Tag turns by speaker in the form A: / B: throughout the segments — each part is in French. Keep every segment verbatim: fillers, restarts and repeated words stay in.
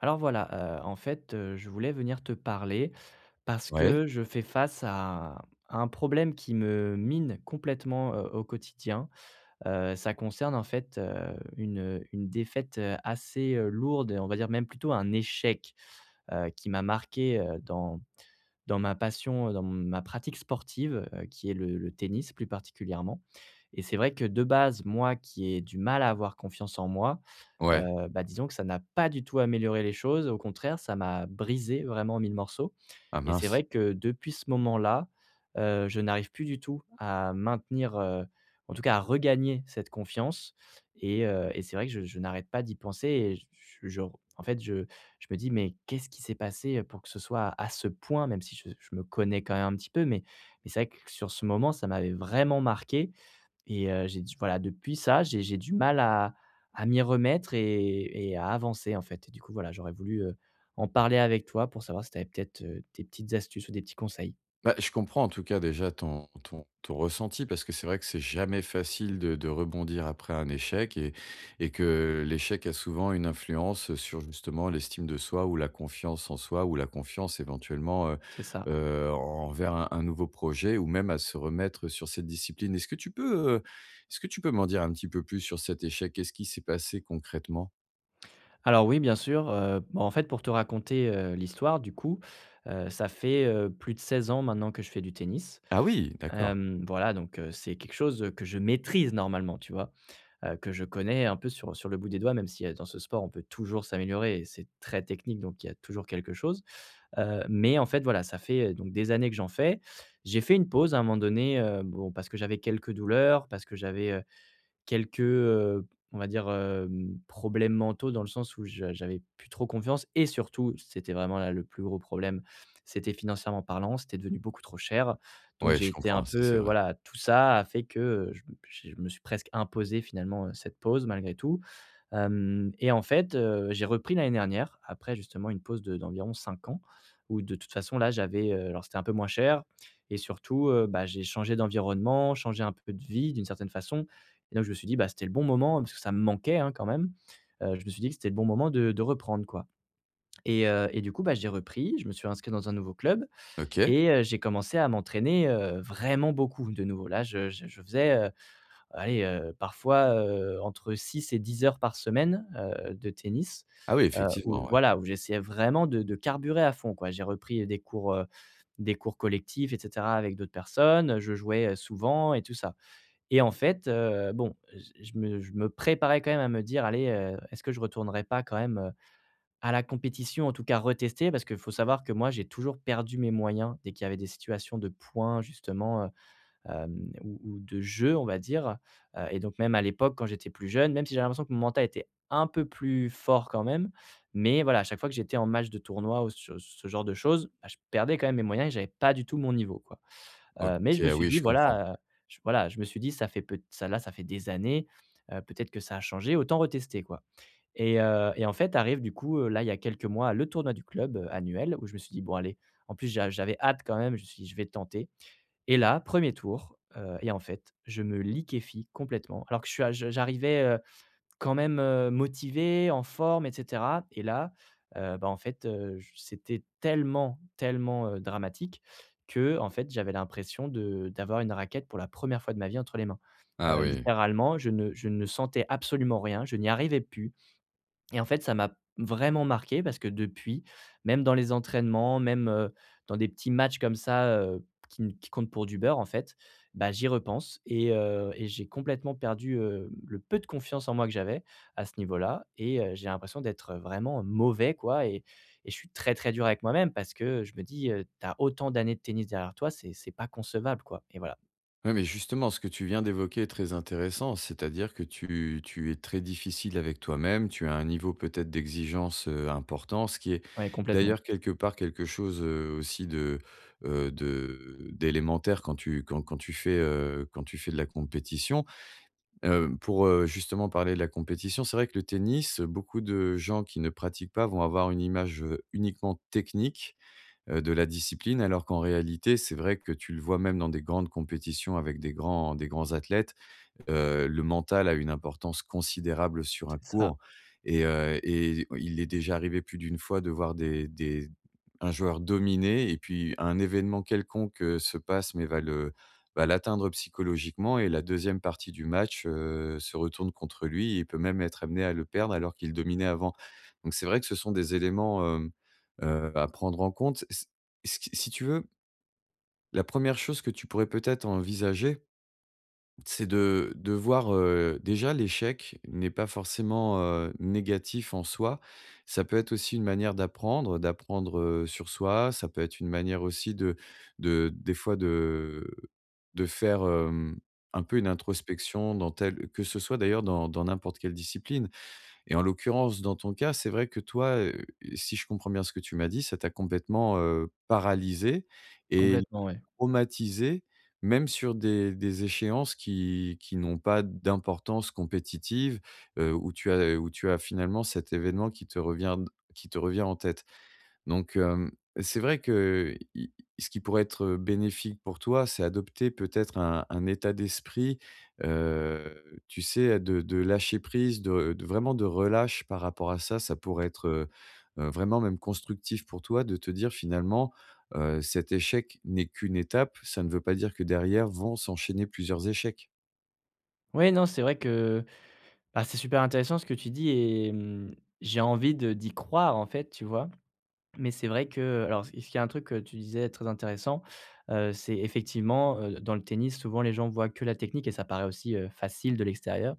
A: Alors voilà, heu, en fait, heu, je voulais venir te parler parce que
B: Ouais,
A: je fais face à un problème qui me mine complètement, heu, au quotidien. Heu, ça concerne, en fait, heu, une, une défaite, heu, assez, heu, lourde, on va dire, même plutôt un échec, heu, qui m'a marqué, heu, dans dans ma passion, heu, dans ma pratique sportive, heu, qui est le le tennis plus particulièrement. Et c'est vrai que, de base, moi qui ai du mal à avoir confiance en moi,
B: ouais.
A: heu, bah, disons que ça n'a pas du tout amélioré les choses. Au contraire, ça m'a brisé vraiment en mille morceaux,
B: Ah
A: et c'est
B: mince.
A: vrai que depuis ce moment-là, heu, je n'arrive plus du tout à maintenir, heu, en tout cas à regagner cette confiance. Et heu et c'est vrai que je je n'arrête pas d'y penser, et je je en fait, je je me dis: «Mais qu'est-ce qui s'est passé, pour que ce soit à ce point?» Même si je je me connais quand même un petit peu, mais mais c'est vrai que sur ce moment, ça m'avait vraiment marqué. Et heu, j'ai du voilà, depuis ça, j'ai j'ai du mal à à m'y remettre, et et à avancer, en fait. Et du coup, voilà, j'aurais voulu, heu, en parler avec toi pour savoir si tu avais peut-être, heu, des petites astuces ou des petits conseils.
B: Bah, je comprends en tout cas déjà ton ton ton ressenti parce que c'est vrai que c'est jamais facile de de rebondir après un échec et et que l'échec a souvent une influence sur justement l'estime de soi ou la confiance en soi ou la confiance éventuellement, heu
A: C'est ça.
B: heu, envers un un nouveau projet ou même à se remettre sur cette discipline. Est-ce que tu peux, heu, est-ce que tu peux m'en dire un petit peu plus sur cet échec? Qu'est-ce qui s'est passé concrètement?
A: Alors oui, bien sûr, heu, bah, en fait, pour te raconter, heu, l'histoire, du coup, heu, ça fait, heu, plus de seize ans maintenant que je fais du tennis.
B: Ah oui, d'accord.
A: Hem, voilà, donc heu, c'est quelque chose que je maîtrise normalement, tu vois? Heu, que je connais un peu sur sur le bout des doigts, même si, heu, dans ce sport, on peut toujours s'améliorer, et c'est très technique, donc il y a toujours quelque chose. Heu, mais en fait, voilà, ça fait, heu, donc des années que j'en fais. J'ai fait une pause à un moment donné, heu, bon, parce que j'avais quelques douleurs, parce que j'avais quelques, heu, on va dire, hem, problèmes mentaux, dans le sens où je j'avais plus trop confiance, et surtout, c'était vraiment là le plus gros problème, c'était, financièrement parlant, c'était devenu beaucoup trop cher. Donc
B: Ouais,
A: j'ai
B: je
A: été un
B: comprends, ça c'est
A: peu,
B: vrai.
A: voilà, tout ça a fait que, heu, je me je me suis presque imposé, finalement, heu, cette pause malgré tout. Hem et en fait, heu, j'ai repris l'année dernière, après justement une pause de d'environ cinq ans, où de toute façon, là, j'avais, heu, alors, c'était un peu moins cher, et surtout, heu, bah, j'ai changé d'environnement, changé un peu de vie d'une certaine façon, et donc je me suis dit: «Bah, c'était le bon moment», parce que ça me manquait, hein, quand même. Heu, je me suis dit que c'était le bon moment de de reprendre, quoi. Et heu et du coup, bah, j'ai repris, je me suis inscrit dans un nouveau club.
B: OK.
A: Et heu, j'ai commencé à m'entraîner, heu, vraiment beaucoup, de nouveau. Là, je je je faisais, allez, heu, parfois, heu, entre six et dix heures par semaine, heu, de tennis,
B: Ah oui,
A: heu, où
B: effectivement, ouais.
A: voilà, où j'essayais vraiment de de carburer à fond, quoi. J'ai repris des cours, heu, des cours collectifs, et cetera, avec d'autres personnes, je jouais, heu, souvent, et tout ça. Et en fait, heu, bon, j je me je me préparais quand même à me dire: «Allez, heu, est-ce que je retournerai pas quand même, heu, à la compétition?» En tout cas retester, parce qu'il faut savoir que moi, j'ai toujours perdu mes moyens dès qu'il y avait des situations de points, justement, hem, ou ou de jeu, on va dire. Heu et donc, même à l'époque, quand j'étais plus jeune, même si j'ai l'impression que mon mental était un peu plus fort quand même, mais voilà, à chaque fois que j'étais en match de tournoi ou ce ce genre de choses, bah, je perdais quand même mes moyens, et j'avais pas du tout mon niveau, quoi. Heu, mais je
B: OK,
A: me suis
B: oui,
A: dit:
B: je comprends.
A: «Voilà, heu, je voilà.» Je me suis dit: «Ça fait, peut ça là, ça fait des années, heu, peut-être que ça a changé, autant retester, quoi.» Et heu et en fait, arrive, du coup, heu, là, il y a quelques mois, le tournoi du club, heu, annuel, où je me suis dit: «Bon, allez», en plus j'a j'avais hâte quand même, je me suis dit: «Je vais tenter.» Et là, premier tour, heu et en fait, je me liquéfie complètement. Alors que je suis à je j'arrivais, heu, quand même, heu, motivé, en forme, et cetera, et là, heu, bah, en fait, heu, j c'était tellement, tellement, heu, dramatique, que en fait, j'avais l'impression de d'avoir une raquette pour la première fois de ma vie entre les mains.
B: Ah
A: Heu,
B: oui.
A: littéralement, je ne je ne sentais absolument rien, je n'y arrivais plus. Et en fait, ça m'a vraiment marqué, parce que depuis, même dans les entraînements, même, heu, dans des petits matchs comme ça, heu, qui n qui comptent pour du beurre, en fait, bah, j'y repense. Et heu et j'ai complètement perdu, heu, le peu de confiance en moi que j'avais à ce niveau-là. Et heu, j'ai l'impression d'être vraiment mauvais, quoi. Et et je suis très, très dur avec moi-même, parce que je me dis, heu: «Tu, autant d'années de tennis derrière toi, c'est c'est pas concevable, quoi.» Et voilà.
B: Ouais, mais justement, ce que tu viens d'évoquer est très intéressant, c'est-à-dire que tu tu es très difficile avec toi-même, tu as un niveau peut-être d'exigence, heu, important, ce qui est
A: Ouais, complètement.
B: d'ailleurs quelque part quelque chose, heu, aussi de, heu, de d'élémentaire quand tu quand quand tu fais, heu, quand tu fais de la compétition. Heu, pour, heu, justement parler de la compétition, c'est vrai que le tennis, beaucoup de gens qui ne pratiquent pas vont avoir une image, heu, uniquement technique heu, de la discipline alors qu'en réalité, c'est vrai que tu le vois même dans des grandes compétitions avec des grands des grands athlètes. Heu, le mental a une importance considérable sur un
A: C'est ça,
B: cours et heu et il est déjà arrivé plus d'une fois de voir des des un joueur dominer et puis un événement quelconque, heu, se passe mais va le va l'atteindre psychologiquement et la deuxième partie du match, heu, se retourne contre lui et il peut même être amené à le perdre alors qu'il dominait avant. Donc c'est vrai que ce sont des éléments, hem, heu, à prendre en compte. C ce Si tu veux, la première chose que tu pourrais peut-être envisager c'est de de voir, heu, déjà l'échec n'est pas forcément, heu, négatif en soi. Ça peut être aussi une manière d'apprendre, d'apprendre, heu, sur soi. Ça peut être une manière aussi de de des fois de de faire, hem, un peu une introspection dans telle que ce soit d'ailleurs dans dans n'importe quelle discipline et en l'occurrence, dans ton cas, c'est vrai que toi, heu, si je comprends bien ce que tu m'as dit, ça t'a complètement, heu, paralysé et
A: complètement, ouais.
B: traumatisés, même sur des des échéances qui qui n'ont pas d'importance compétitive, heu, où tu as où tu as finalement cet événement qui te revient qui te revient en tête. Donc, hem, c'est vrai que i ce qui pourrait être bénéfique pour toi, c'est adopter peut-être un un état d'esprit, heu, tu sais, de de lâcher prise, de de vraiment de relâche par rapport à ça. Ça pourrait être, heu heu, vraiment même constructif pour toi de te dire finalement, heu, cet échec n'est qu'une étape, ça ne veut pas dire que derrière vont s'enchaîner plusieurs échecs.
A: Oui, non, c'est vrai que, bah, c'est super intéressant ce que tu dis, et, mmh, j'ai envie de d'y croire, en fait, tu vois? Mais c'est vrai que, alors, ce qu'il y a, un truc que tu disais très intéressant, heu, c'est, effectivement, heu, dans le tennis, souvent les gens voient que la technique, et ça paraît aussi, heu, facile, de l'extérieur.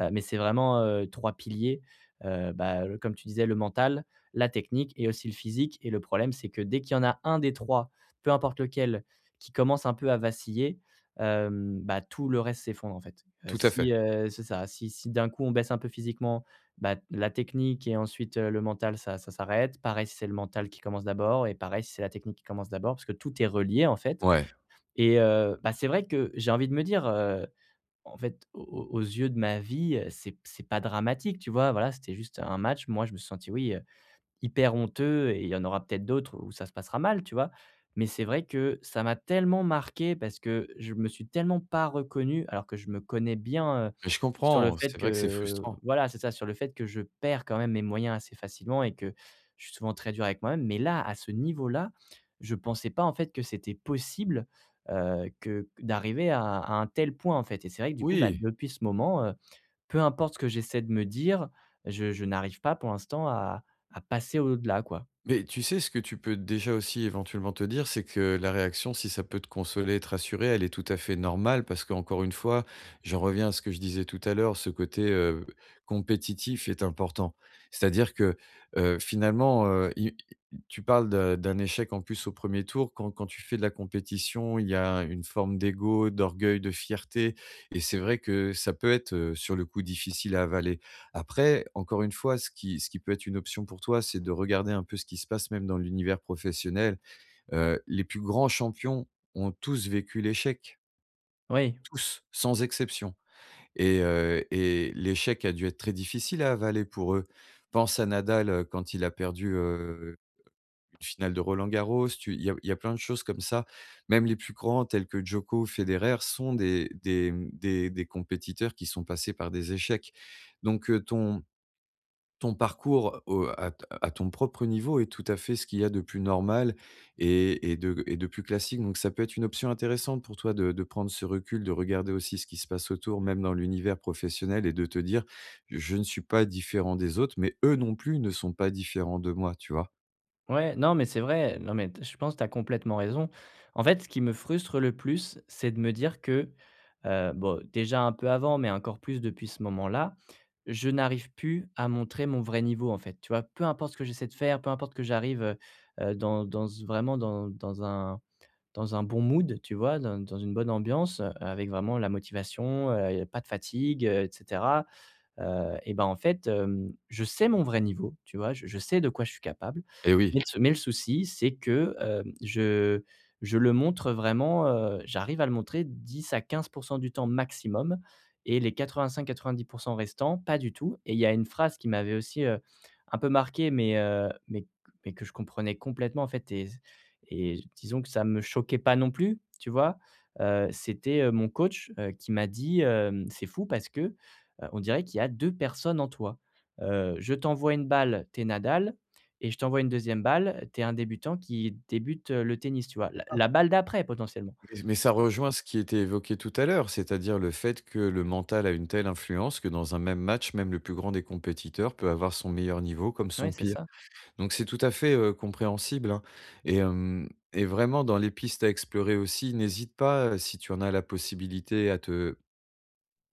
A: Heu, mais c'est vraiment, heu, trois piliers, heu, bah, heu, comme tu disais, le mental, la technique, et aussi le physique. Et le problème, c'est que dès qu'il y en a un des trois, peu importe lequel, qui commence un peu à vaciller, hem, bah, tout le reste s'effondre, en fait. Heu,
B: Tout à
A: si,
B: fait.
A: heu c'est ça, si si d'un coup on baisse un peu physiquement, bah, la technique, et ensuite, heu, le mental, ça ça s'arrête. Pareil, si c'est le mental qui commence d'abord. Et pareil, si c'est la technique qui commence d'abord, parce que tout est relié, en fait.
B: Ouais,
A: Et heu, bah, c'est vrai que j'ai envie de me dire, heu, en fait, au au aux yeux de ma vie, heu, c'est c'est pas dramatique, tu vois? Voilà, c'était juste un match. Moi, je me suis senti, oui, hyper honteux, et il y en aura peut-être d'autres où ça se passera mal, tu vois? Mais c'est vrai que ça m'a tellement marqué, parce que je me suis tellement pas reconnu, alors que je me connais bien, heu,
B: mais je
A: sur le
B: comprends,
A: fait
B: c'est vrai que c'est
A: que,
B: frustrant.
A: voilà, c'est ça, sur le fait que je perds quand même mes moyens assez facilement, et que je suis souvent très dur avec moi-même. Mais là, à ce niveau-là, je pensais pas, en fait, que c'était possible, heu, que d'arriver à à un tel point, en fait. Et c'est vrai que, du coup, bah,
B: Oui.
A: depuis ce moment, heu peu importe ce que j'essaie de me dire, je je n'arrive pas, pour l'instant, à à passer au-delà, quoi.
B: Mais tu sais, ce que tu peux déjà aussi éventuellement te dire, c'est que la réaction, si ça peut te consoler, te rassurer, elle est tout à fait normale parce qu'encore une fois, j'en reviens à ce que je disais tout à l'heure, ce côté euh, compétitif est important. C'est-à-dire que euh, finalement, euh, i- i- tu parles d'un d'un échec en plus au premier tour. Quand, quand tu fais de la compétition, il y a une forme d'ego, d'orgueil, de fierté. Et c'est vrai que ça peut être euh, sur le coup difficile à avaler. Après, encore une fois, ce qui ce qui peut être une option pour toi, c'est de regarder un peu ce qui se passe même dans l'univers professionnel. Heu, les plus grands champions ont tous vécu l'échec,
A: Oui,
B: tous, sans exception et heu et l'échec a dû être très difficile à avaler pour eux. Pense à Nadal, heu, quand il a perdu, heu, une finale de Roland Garros, tu il y a il y a plein de choses comme ça. Même les plus grands tels que Djoko ou Federer sont des des, mmh, des des compétiteurs qui sont passés par des échecs. Donc, heu, ton ton parcours au à t à ton propre niveau est tout à fait ce qu'il y a de plus normal et et de et de plus classique, donc ça peut être une option intéressante pour toi de de prendre ce recul, de regarder aussi ce qui se passe autour, même dans l'univers professionnel et de te dire: «Je ne suis pas différent des autres, mais eux non plus ne sont pas différents de moi», tu vois?
A: ouais, non, mais c'est vrai, non, mais, t- je pense que tu as complètement raison. En fait, ce qui me frustre le plus, c'est de me dire que, heu, bon, déjà un peu avant, mais encore plus depuis ce moment-là, je n'arrive plus à montrer mon vrai niveau, en fait, tu vois? Peu importe ce que j'essaie de faire, peu importe que j'arrive, heu heu, dans dans ce vraiment dans dans un dans un bon mood, tu vois? Dans dans une bonne ambiance, heu, avec vraiment la motivation, heu, pas de fatigue, heu et cetera. Heu et ben, en fait, hem, je sais mon vrai niveau, tu vois? Je je sais de quoi je suis capable.
B: Eh
A: Mais
B: oui,
A: le sou mais le souci, c'est que, hem, je je le montre vraiment, heu, j'arrive à le montrer dix à quinze pour cent du temps, maximum, et les quatre-vingt-cinq quatre-vingt-dix pour cent restants, pas du tout. Et il y a une phrase qui m'avait aussi, heu, un peu marqué, mais heu, mais mais que je comprenais complètement, en fait. Et et disons que ça me choquait pas non plus, tu vois? Heu, c'était, heu, mon coach, heu, qui m'a dit, hem: «C'est fou, parce que, Heu, on dirait qu'il y a deux personnes en toi. Heu, je t'envoie une balle, t'es Nadal, et je t'envoie une deuxième balle, t'es un débutant qui débute, heu, le tennis, tu vois? La la balle d'après, potentiellement.
B: mais mais ça rejoint ce qui était évoqué tout à l'heure, c'est-à-dire le fait que le mental a une telle influence que dans un même match, même le plus grand des compétiteurs peut avoir son meilleur niveau comme
A: Oui,
B: son
A: c'est
B: pire.
A: ça.
B: Donc c'est tout à fait, heu, compréhensible, hein et hem et vraiment dans les pistes à explorer aussi, n'hésite pas, heu, si tu en as la possibilité à te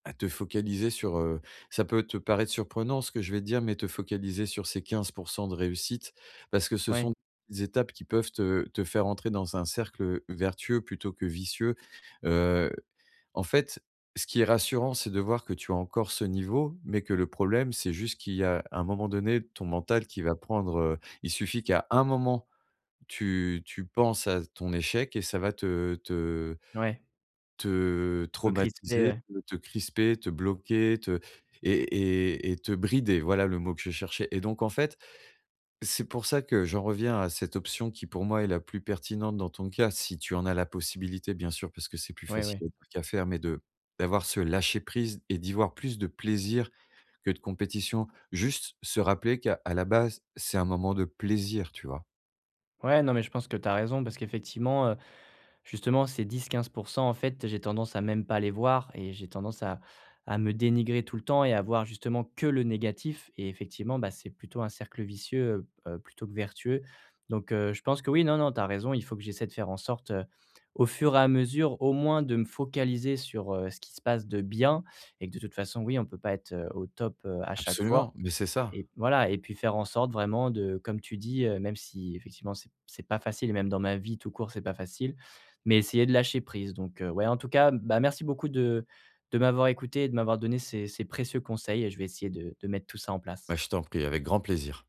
B: à te focaliser sur, heu ça peut te paraître surprenant ce que je vais te dire, mais te focaliser sur ces quinze pour cent de réussite parce que ce
A: Ouais,
B: sont des étapes qui peuvent te te faire entrer dans un cercle vertueux plutôt que vicieux. Heu en fait, ce qui est rassurant, c'est de voir que tu as encore ce niveau, mais que le problème, c'est juste qu'il y a un moment donné, ton mental qui va prendre, heu, il suffit qu'à un moment, tu tu penses à ton échec et ça va te te
A: ouais,
B: te
A: me crisper,
B: traumatiser,
A: ouais.
B: te te crisper, te bloquer, te et et et te brider, voilà le mot que je cherchais et donc en fait, c'est pour ça que j'en reviens à cette option qui, pour moi, est la plus pertinente dans ton cas, si tu en as la possibilité, bien sûr, parce que c'est plus
A: Ouais,
B: facile
A: ouais.
B: à dire qu'à faire, mais de d'avoir ce lâcher prise et d'y voir plus de plaisir que de compétition. Juste se rappeler qu'à à la base, c'est un moment de plaisir, tu vois?
A: Ouais, non, mais je pense que tu as raison, parce qu'effectivement, heu, justement, ces dix quinze, en fait, j'ai tendance à même pas les voir, et j'ai tendance à à me dénigrer tout le temps, et à voir justement que le négatif. Et effectivement, bah, c'est plutôt un cercle vicieux, heu heu, plutôt que vertueux. Donc heu, je pense que, oui, non, non, tu as raison, il faut que j'essaie de faire en sorte, heu, au fur et à mesure, au moins de me focaliser sur, heu, ce qui se passe de bien, et que, de toute façon, oui, on peut pas être, heu, au top, heu, à chaque fois.
B: Absolument, mais c'est ça.
A: Et voilà, et puis faire en sorte, vraiment, de, comme tu dis, heu, même si effectivement c'est c'est pas facile, et même dans ma vie tout court, c'est pas facile, mais essayer de lâcher prise. Donc heu, ouais, en tout cas, bah, merci beaucoup de de m'avoir écouté, et de m'avoir donné ces ces précieux conseils, et je vais essayer de de mettre tout ça en
B: Bah,
A: place.
B: je t'en prie, avec grand plaisir.